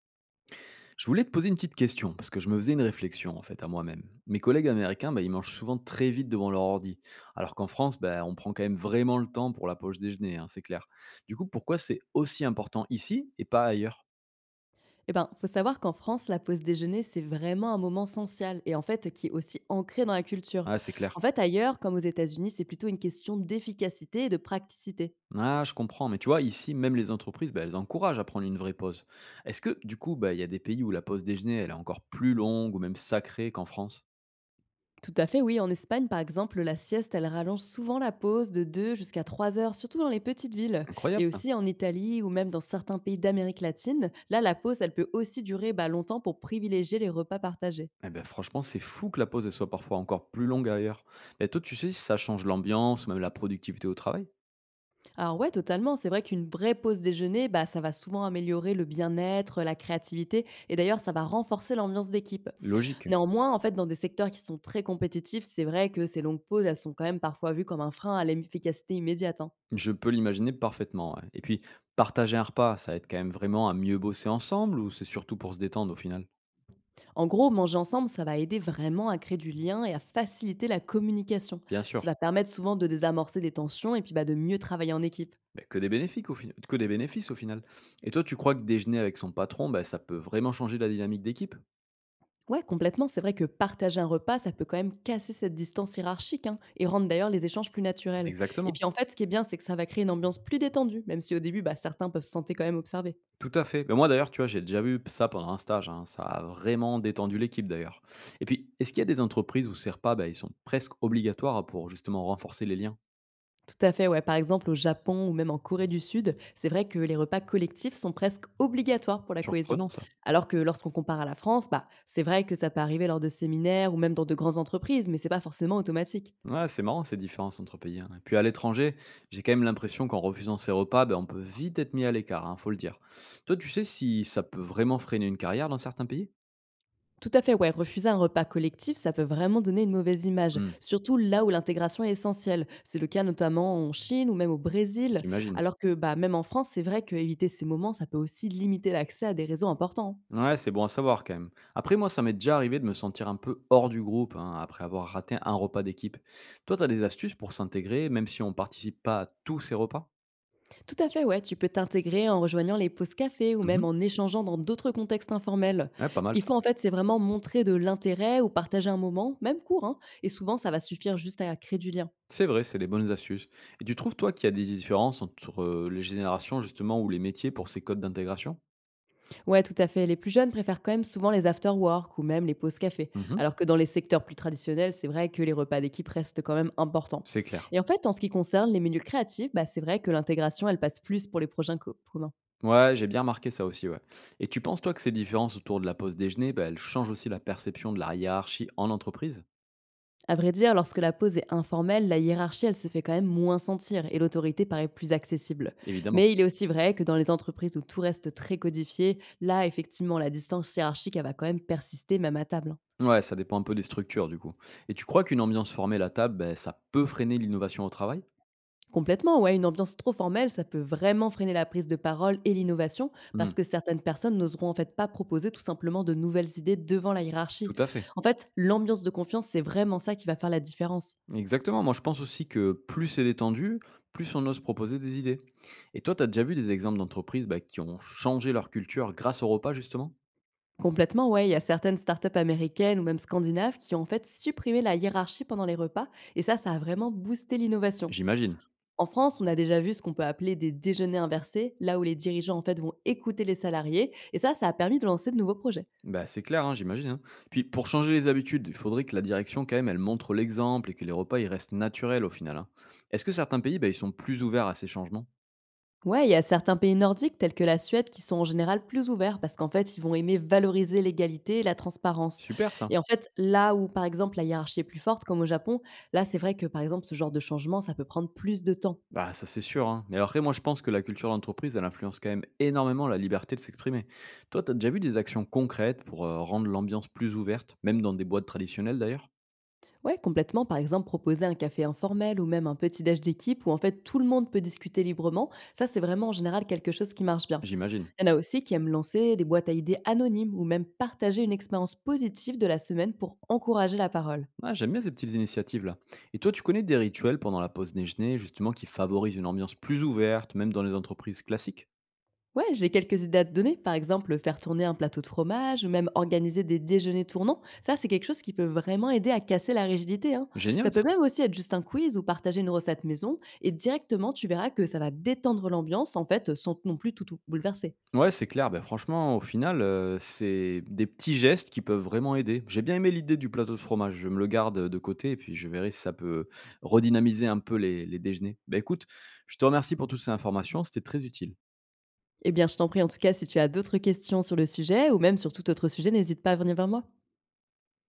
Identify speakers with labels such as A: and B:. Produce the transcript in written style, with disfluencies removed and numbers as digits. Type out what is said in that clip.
A: Je voulais te poser une petite question, parce que je me faisais une réflexion en fait à moi-même. Mes collègues américains, bah, ils mangent souvent très vite devant leur ordi, alors qu'en France, bah, on prend quand même vraiment le temps pour la pause déjeuner, hein, c'est clair. Du coup, pourquoi c'est aussi important ici et pas ailleurs?
B: Eh ben, faut savoir qu'en France, la pause déjeuner, c'est vraiment un moment social et en fait qui est aussi ancré dans la culture.
A: Ah, c'est clair.
B: En fait, ailleurs, comme aux États-Unis, c'est plutôt une question d'efficacité et de praticité.
A: Ah, je comprends, mais tu vois, ici, même les entreprises, bah, elles encouragent à prendre une vraie pause. Est-ce que, du coup, bah, il y a des pays où la pause déjeuner, elle est encore plus longue ou même sacrée qu'en France?
B: Tout à fait, oui. En Espagne, par exemple, la sieste, elle rallonge souvent la pause de 2 jusqu'à 3 heures, surtout dans les petites villes. Et
A: Incroyable ça.
B: aussi en Italie ou même dans certains pays d'Amérique latine, là, la pause, elle peut aussi durer bah, longtemps pour privilégier les repas partagés.
A: Eh ben franchement, c'est fou que la pause, elle soit parfois encore plus longue ailleurs. Et toi, tu sais si ça change l'ambiance ou même la productivité au travail?
B: Alors ouais, totalement. C'est vrai qu'une vraie pause déjeuner, bah, ça va souvent améliorer le bien-être, la créativité, et d'ailleurs, ça va renforcer l'ambiance d'équipe.
A: Logique.
B: Néanmoins, en fait, dans des secteurs qui sont très compétitifs, c'est vrai que ces longues pauses, elles sont quand même parfois vues comme un frein à l'efficacité immédiate, hein.
A: Je peux l'imaginer parfaitement, ouais. Et puis, partager un repas, ça aide quand même vraiment à mieux bosser ensemble ou c'est surtout pour se détendre au final?
B: En gros, manger ensemble, ça va aider vraiment à créer du lien et à faciliter la communication.
A: Bien sûr.
B: Ça va permettre souvent de désamorcer des tensions et puis bah, de mieux travailler en équipe.
A: Bah, que des bénéfiques au final, que des bénéfices au final. Et toi, tu crois que déjeuner avec son patron, ben ça peut vraiment changer la dynamique d'équipe?
B: Ouais, complètement. C'est vrai que partager un repas, ça peut quand même casser cette distance hiérarchique hein, et rendre d'ailleurs les échanges plus naturels. Et
A: Exactement.
B: puis en fait, ce qui est bien, c'est que ça va créer une ambiance plus détendue, même si au début, bah, certains peuvent se sentir quand même observés.
A: Tout à fait. Mais moi d'ailleurs, tu vois, j'ai déjà vu ça pendant un stage, hein. Ça a vraiment détendu l'équipe d'ailleurs. Et puis, est-ce qu'il y a des entreprises où ces repas, bah, ils sont presque obligatoires pour justement renforcer les liens?
B: Tout à fait, ouais. Par exemple, au Japon ou même en Corée du Sud, c'est vrai que les repas collectifs sont presque obligatoires pour la cohésion.
A: Surprenant ça.
B: Alors que lorsqu'on compare à la France, bah, c'est vrai que ça peut arriver lors de séminaires ou même dans de grandes entreprises, mais c'est pas forcément automatique.
A: Ouais, c'est marrant ces différences entre pays, hein. Et puis à l'étranger, j'ai quand même l'impression qu'en refusant ces repas, bah, on peut vite être mis à l'écart, hein, faut le dire. Toi, tu sais si ça peut vraiment freiner une carrière dans certains pays?
B: Tout à fait, ouais. Refuser un repas collectif, ça peut vraiment donner une mauvaise image,
A: Hmm,
B: surtout là où l'intégration est essentielle. C'est le cas notamment en Chine ou même au Brésil.
A: j'imagine.
B: Alors que bah, même en France, c'est vrai qu'éviter ces moments, ça peut aussi limiter l'accès à des réseaux importants.
A: Ouais, c'est bon à savoir quand même. Après, moi, ça m'est déjà arrivé de me sentir un peu hors du groupe hein, après avoir raté un repas d'équipe. Toi, tu as des astuces pour s'intégrer, même si on participe pas à tous ces repas?
B: Tout à fait, ouais. Tu peux t'intégrer en rejoignant les pauses café ou même
A: Mhm.
B: en échangeant dans d'autres contextes informels.
A: Ouais, pas
B: Ce
A: mal
B: qu'il
A: ça.
B: faut en fait, c'est vraiment montrer de l'intérêt ou partager un moment, même court, hein. Et souvent, ça va suffire juste à créer du lien.
A: C'est vrai, c'est des bonnes astuces. Et tu trouves, toi, qu'il y a des différences entre les générations, justement, ou les métiers pour ces codes d'intégration?
B: Ouais, tout à fait. Les plus jeunes préfèrent quand même souvent les after work ou même les pauses café,
A: Mhm.
B: alors que dans les secteurs plus traditionnels, c'est vrai que les repas d'équipe restent quand même importants.
A: C'est clair.
B: Et en fait, en ce qui concerne les menus créatifs, bah, c'est vrai que l'intégration, elle passe plus pour les projets communs.
A: Ouais, j'ai bien remarqué ça aussi, ouais. Et tu penses, toi, que ces différences autour de la pause déjeuner, bah, elles changent aussi la perception de la hiérarchie en entreprise?
B: À vrai dire, lorsque la pause est informelle, la hiérarchie, elle se fait quand même moins sentir et l'autorité paraît plus accessible.
A: Évidemment.
B: Mais il est aussi vrai que dans les entreprises où tout reste très codifié, là, effectivement, la distance hiérarchique, elle va quand même persister même à table, hein.
A: Ouais, ça dépend un peu des structures, du coup. Et tu crois qu'une ambiance formelle à table, ben, ça peut freiner l'innovation au travail?
B: Complètement, ouais, une ambiance trop formelle, ça peut vraiment freiner la prise de parole et l'innovation
A: Hmm,
B: parce que certaines personnes n'oseront en fait pas proposer tout simplement de nouvelles idées devant la hiérarchie.
A: tout à fait.
B: En fait, l'ambiance de confiance, c'est vraiment ça qui va faire la différence.
A: Exactement. Moi, je pense aussi que plus c'est détendu, plus on ose proposer des idées. Et toi, tu as déjà vu des exemples d'entreprises bah, qui ont changé leur culture grâce au repas, justement?
B: Complètement, ouais, il y a certaines startups américaines ou même scandinaves qui ont en fait supprimé la hiérarchie pendant les repas et ça a vraiment boosté l'innovation.
A: J'imagine.
B: En France, on a déjà vu ce qu'on peut appeler des déjeuners inversés, là où les dirigeants en fait vont écouter les salariés et ça a permis de lancer de nouveaux projets.
A: Bah, c'est clair, hein, j'imagine, hein. Puis, pour changer les habitudes, il faudrait que la direction, quand même, elle montre l'exemple et que les repas, ils restent naturels au final, hein. Est-ce que certains pays, bah, ils sont plus ouverts à ces changements?
B: Ouais, il y a certains pays nordiques tels que la Suède qui sont en général plus ouverts parce qu'en fait, ils vont aimer valoriser l'égalité et la transparence.
A: Super, ça.
B: Et en fait, là où par exemple la hiérarchie est plus forte comme au Japon, là c'est vrai que par exemple ce genre de changement, ça peut prendre plus de temps.
A: Bah, ça, c'est sûr, hein. Mais après, moi, je pense que la culture d'entreprise, elle influence quand même énormément la liberté de s'exprimer. Toi, t'as déjà vu des actions concrètes pour rendre l'ambiance plus ouverte, même dans des boîtes traditionnelles d'ailleurs?
B: Ouais, complètement. Par exemple, proposer un café informel ou même un petit déj d'équipe où en fait tout le monde peut discuter librement, ça c'est vraiment en général quelque chose qui marche bien.
A: J'imagine.
B: Il y en a aussi qui aiment lancer des boîtes à idées anonymes ou même partager une expérience positive de la semaine pour encourager la parole.
A: Ah, j'aime bien ces petites initiatives-là. Et toi, tu connais des rituels pendant la pause déjeuner, justement, qui favorisent une ambiance plus ouverte, même dans les entreprises classiques?
B: Ouais, j'ai quelques idées à te donner. Par exemple, faire tourner un plateau de fromage ou même organiser des déjeuners tournants. Ça, c'est quelque chose qui peut vraiment aider à casser la rigidité, hein.
A: Génial.
B: Ça peut même aussi être juste un quiz ou partager une recette maison. Et directement, tu verras que ça va détendre l'ambiance, en fait, sans non plus tout, tout bouleverser.
A: Ouais, c'est clair. Ben franchement, au final, c'est des petits gestes qui peuvent vraiment aider. J'ai bien aimé l'idée du plateau de fromage. Je me le garde, de côté et puis je verrai si ça peut redynamiser un peu les déjeuners. Ben écoute, je te remercie pour toutes ces informations, c'était très utile.
B: Eh bien, je t'en prie, en tout cas, si tu as d'autres questions sur le sujet ou même sur tout autre sujet, n'hésite pas à venir vers moi.